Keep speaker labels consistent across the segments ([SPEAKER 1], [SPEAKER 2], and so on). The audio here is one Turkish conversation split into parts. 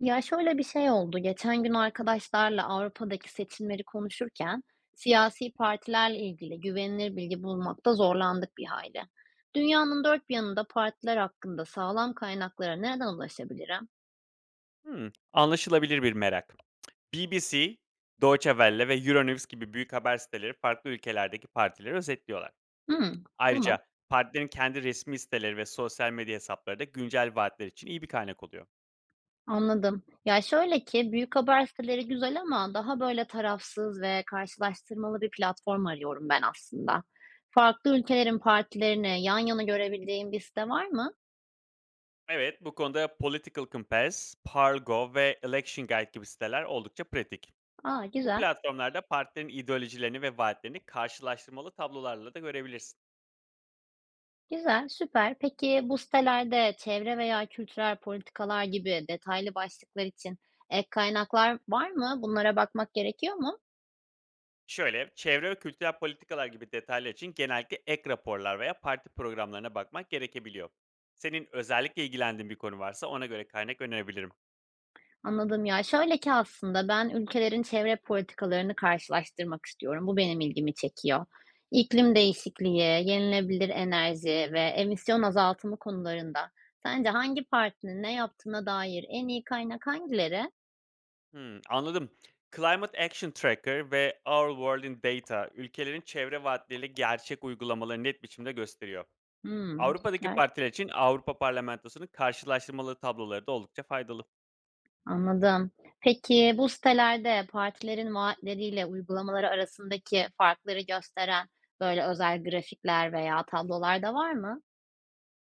[SPEAKER 1] Ya şöyle bir şey oldu. Geçen gün arkadaşlarla Avrupa'daki seçimleri konuşurken siyasi partilerle ilgili güvenilir bilgi bulmakta zorlandık bir hayli. Dünyanın dört bir yanında partiler hakkında sağlam kaynaklara nereden ulaşabilirim?
[SPEAKER 2] Hımm, anlaşılabilir bir merak. BBC, Deutsche Welle ve Euronews gibi büyük haber siteleri farklı ülkelerdeki partileri özetliyorlar.
[SPEAKER 1] Hmm, tamam,
[SPEAKER 2] Ayrıca partilerin kendi resmi siteleri ve sosyal medya hesapları da güncel vaatler için iyi bir kaynak oluyor.
[SPEAKER 1] anladım. Ya şöyle ki büyük haber siteleri güzel ama daha böyle tarafsız ve karşılaştırmalı bir platform arıyorum ben aslında. Farklı ülkelerin partilerini yan yana görebildiğim bir site var mı?
[SPEAKER 2] Evet, bu konuda Political Compass, Pargo ve Election Guide gibi siteler oldukça pratik.
[SPEAKER 1] Aa,
[SPEAKER 2] Bu
[SPEAKER 1] güzel.
[SPEAKER 2] platformlarda partilerin ideolojilerini ve vaatlerini karşılaştırmalı tablolarla da görebilirsin.
[SPEAKER 1] Güzel, süper. Peki bu sitelerde çevre veya kültürel politikalar gibi detaylı başlıklar için ek kaynaklar var mı? Bunlara bakmak gerekiyor mu?
[SPEAKER 2] Şöyle, çevre ve kültürel politikalar gibi detaylar için genellikle ek raporlar veya parti programlarına bakmak gerekebiliyor. Senin özellikle ilgilendiğin bir konu varsa ona göre kaynak önerebilirim.
[SPEAKER 1] Anladım ya. Şöyle ki aslında ben ülkelerin çevre politikalarını karşılaştırmak istiyorum. Bu benim ilgimi çekiyor. İklim değişikliği, yenilebilir enerji ve emisyon azaltımı konularında sence hangi partinin ne yaptığına dair en iyi kaynak hangileri?
[SPEAKER 2] Hmm, anladım. Climate Action Tracker ve Our World in Data ülkelerin çevre vaatleriyle gerçek uygulamaları net biçimde gösteriyor.
[SPEAKER 1] Hmm,
[SPEAKER 2] Avrupa'daki
[SPEAKER 1] süper.
[SPEAKER 2] partiler için Avrupa Parlamentosu'nun karşılaştırmalı tabloları da oldukça faydalı.
[SPEAKER 1] Anladım. Peki bu sitelerde partilerin vaatleriyle uygulamaları arasındaki farkları gösteren böyle özel grafikler veya tablolar da var mı?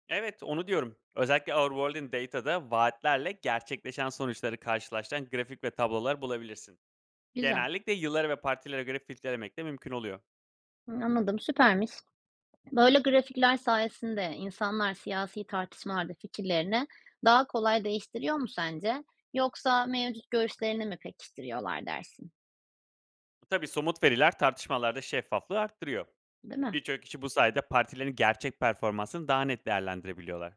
[SPEAKER 2] Evet, onu diyorum. Özellikle Our World in Data'da vaatlerle gerçekleşen sonuçları karşılaştıran grafik ve tablolar bulabilirsin.
[SPEAKER 1] Güzel.
[SPEAKER 2] Genellikle yıllara ve partilere göre filtrelemek de mümkün oluyor.
[SPEAKER 1] Hı, anladım, süpermiş. Böyle grafikler sayesinde insanlar siyasi tartışmalarda fikirlerini daha kolay değiştiriyor mu sence? Yoksa mevcut görüşlerini mi pekiştiriyorlar dersin,
[SPEAKER 2] Tabii somut veriler tartışmalarda şeffaflığı arttırıyor.
[SPEAKER 1] değil mi?
[SPEAKER 2] Birçok kişi bu sayede partilerin gerçek performansını daha net değerlendirebiliyorlar.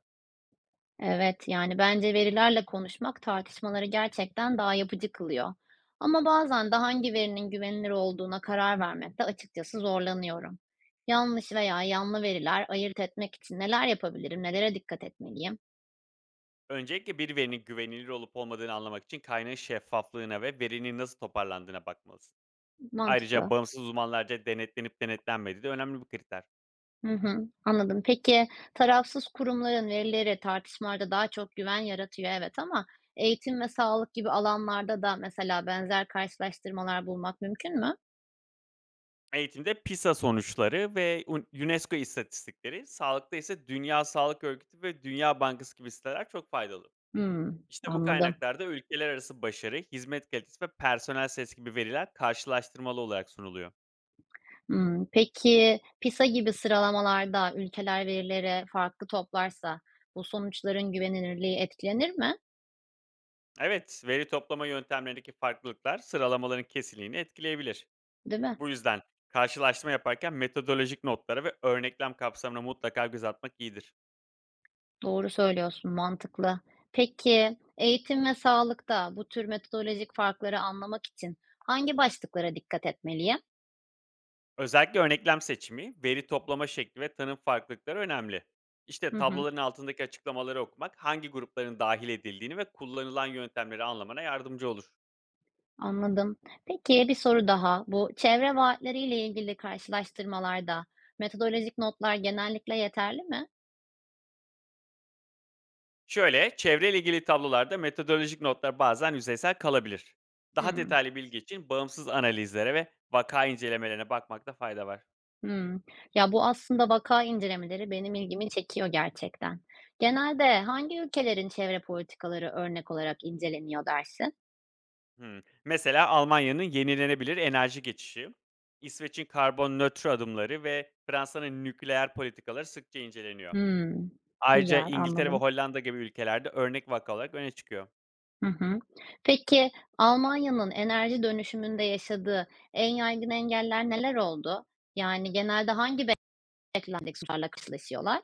[SPEAKER 1] Evet, yani bence verilerle konuşmak tartışmaları gerçekten daha yapıcı kılıyor. Ama bazen de hangi verinin güvenilir olduğuna karar vermekte açıkçası zorlanıyorum. Yanlış veya yanlı veriler ayırt etmek için neler yapabilirim, nelere dikkat etmeliyim?
[SPEAKER 2] Öncelikle bir verinin güvenilir olup olmadığını anlamak için kaynağın şeffaflığına ve verinin nasıl toparlandığına bakmalısın. Ayrıca
[SPEAKER 1] Mantıklı.
[SPEAKER 2] bağımsız uzmanlarca denetlenip denetlenmediği de önemli bir kriter.
[SPEAKER 1] Hı hı, anladım. Peki tarafsız kurumların verileri tartışmalarda daha çok güven yaratıyor, evet ama eğitim ve sağlık gibi alanlarda da mesela benzer karşılaştırmalar bulmak mümkün mü?
[SPEAKER 2] Eğitimde PISA sonuçları ve UNESCO istatistikleri, sağlıkta ise Dünya Sağlık Örgütü ve Dünya Bankası gibi siteler çok faydalı.
[SPEAKER 1] Hmm,
[SPEAKER 2] İşte bu
[SPEAKER 1] anladım.
[SPEAKER 2] kaynaklarda ülkeler arası başarı, hizmet kalitesi ve personel sayısı gibi veriler karşılaştırmalı olarak sunuluyor.
[SPEAKER 1] Hımm. Peki, PISA gibi sıralamalarda ülkeler verileri farklı toplarsa bu sonuçların güvenilirliği etkilenir mi?
[SPEAKER 2] Evet, veri toplama yöntemlerindeki farklılıklar sıralamaların kesinliğini etkileyebilir.
[SPEAKER 1] Değil mi?
[SPEAKER 2] Bu yüzden karşılaştırma yaparken metodolojik notlara ve örneklem kapsamına mutlaka göz atmak iyidir.
[SPEAKER 1] Doğru söylüyorsun, mantıklı. Peki, eğitim ve sağlıkta bu tür metodolojik farkları anlamak için hangi başlıklara dikkat etmeliyim?
[SPEAKER 2] Özellikle örneklem seçimi, veri toplama şekli ve tanım farklılıkları önemli. İşte
[SPEAKER 1] Hı hı,
[SPEAKER 2] tabloların altındaki açıklamaları okumak hangi grupların dahil edildiğini ve kullanılan yöntemleri anlamana yardımcı olur.
[SPEAKER 1] anladım. Peki, bir soru daha. Bu çevre vaatleriyle ilgili karşılaştırmalarda metodolojik notlar genellikle yeterli mi?
[SPEAKER 2] Şöyle, çevreyle ilgili tablolarda metodolojik notlar bazen yüzeysel kalabilir. Daha
[SPEAKER 1] Hımm.
[SPEAKER 2] detaylı bilgi için bağımsız analizlere ve vaka incelemelerine bakmakta fayda var.
[SPEAKER 1] Hımm. Ya, bu aslında vaka incelemeleri benim ilgimi çekiyor gerçekten. Genelde hangi ülkelerin çevre politikaları örnek olarak inceleniyor dersin?
[SPEAKER 2] Hmm. Mesela Almanya'nın yenilenebilir enerji geçişi, İsveç'in karbon nötr adımları ve Fransa'nın nükleer politikaları sıkça inceleniyor.
[SPEAKER 1] Hımm.
[SPEAKER 2] Ayrıca
[SPEAKER 1] Güzel,
[SPEAKER 2] İngiltere ve
[SPEAKER 1] anladım.
[SPEAKER 2] Hollanda gibi ülkelerde örnek vaka olarak öne çıkıyor.
[SPEAKER 1] Hı hı. Peki, Almanya'nın enerji dönüşümünde yaşadığı en yaygın engeller neler oldu? Yani genelde hangi beklenmedik sonuçlarla karşılaşıyorlar?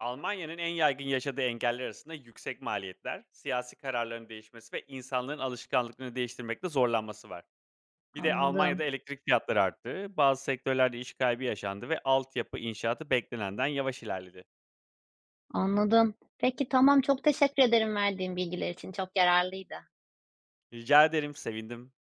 [SPEAKER 2] Almanya'nın en yaygın yaşadığı engeller arasında yüksek maliyetler, siyasi kararların değişmesi ve insanların alışkanlıklarını değiştirmekte zorlanması var. Bir de Almanya'da
[SPEAKER 1] Anladım,
[SPEAKER 2] elektrik fiyatları arttı. Bazı sektörlerde iş kaybı yaşandı ve altyapı inşaatı beklenenden yavaş ilerledi.
[SPEAKER 1] anladım. Peki, tamam. Çok teşekkür ederim verdiğin bilgiler için. Çok yararlıydı.
[SPEAKER 2] Rica ederim, sevindim.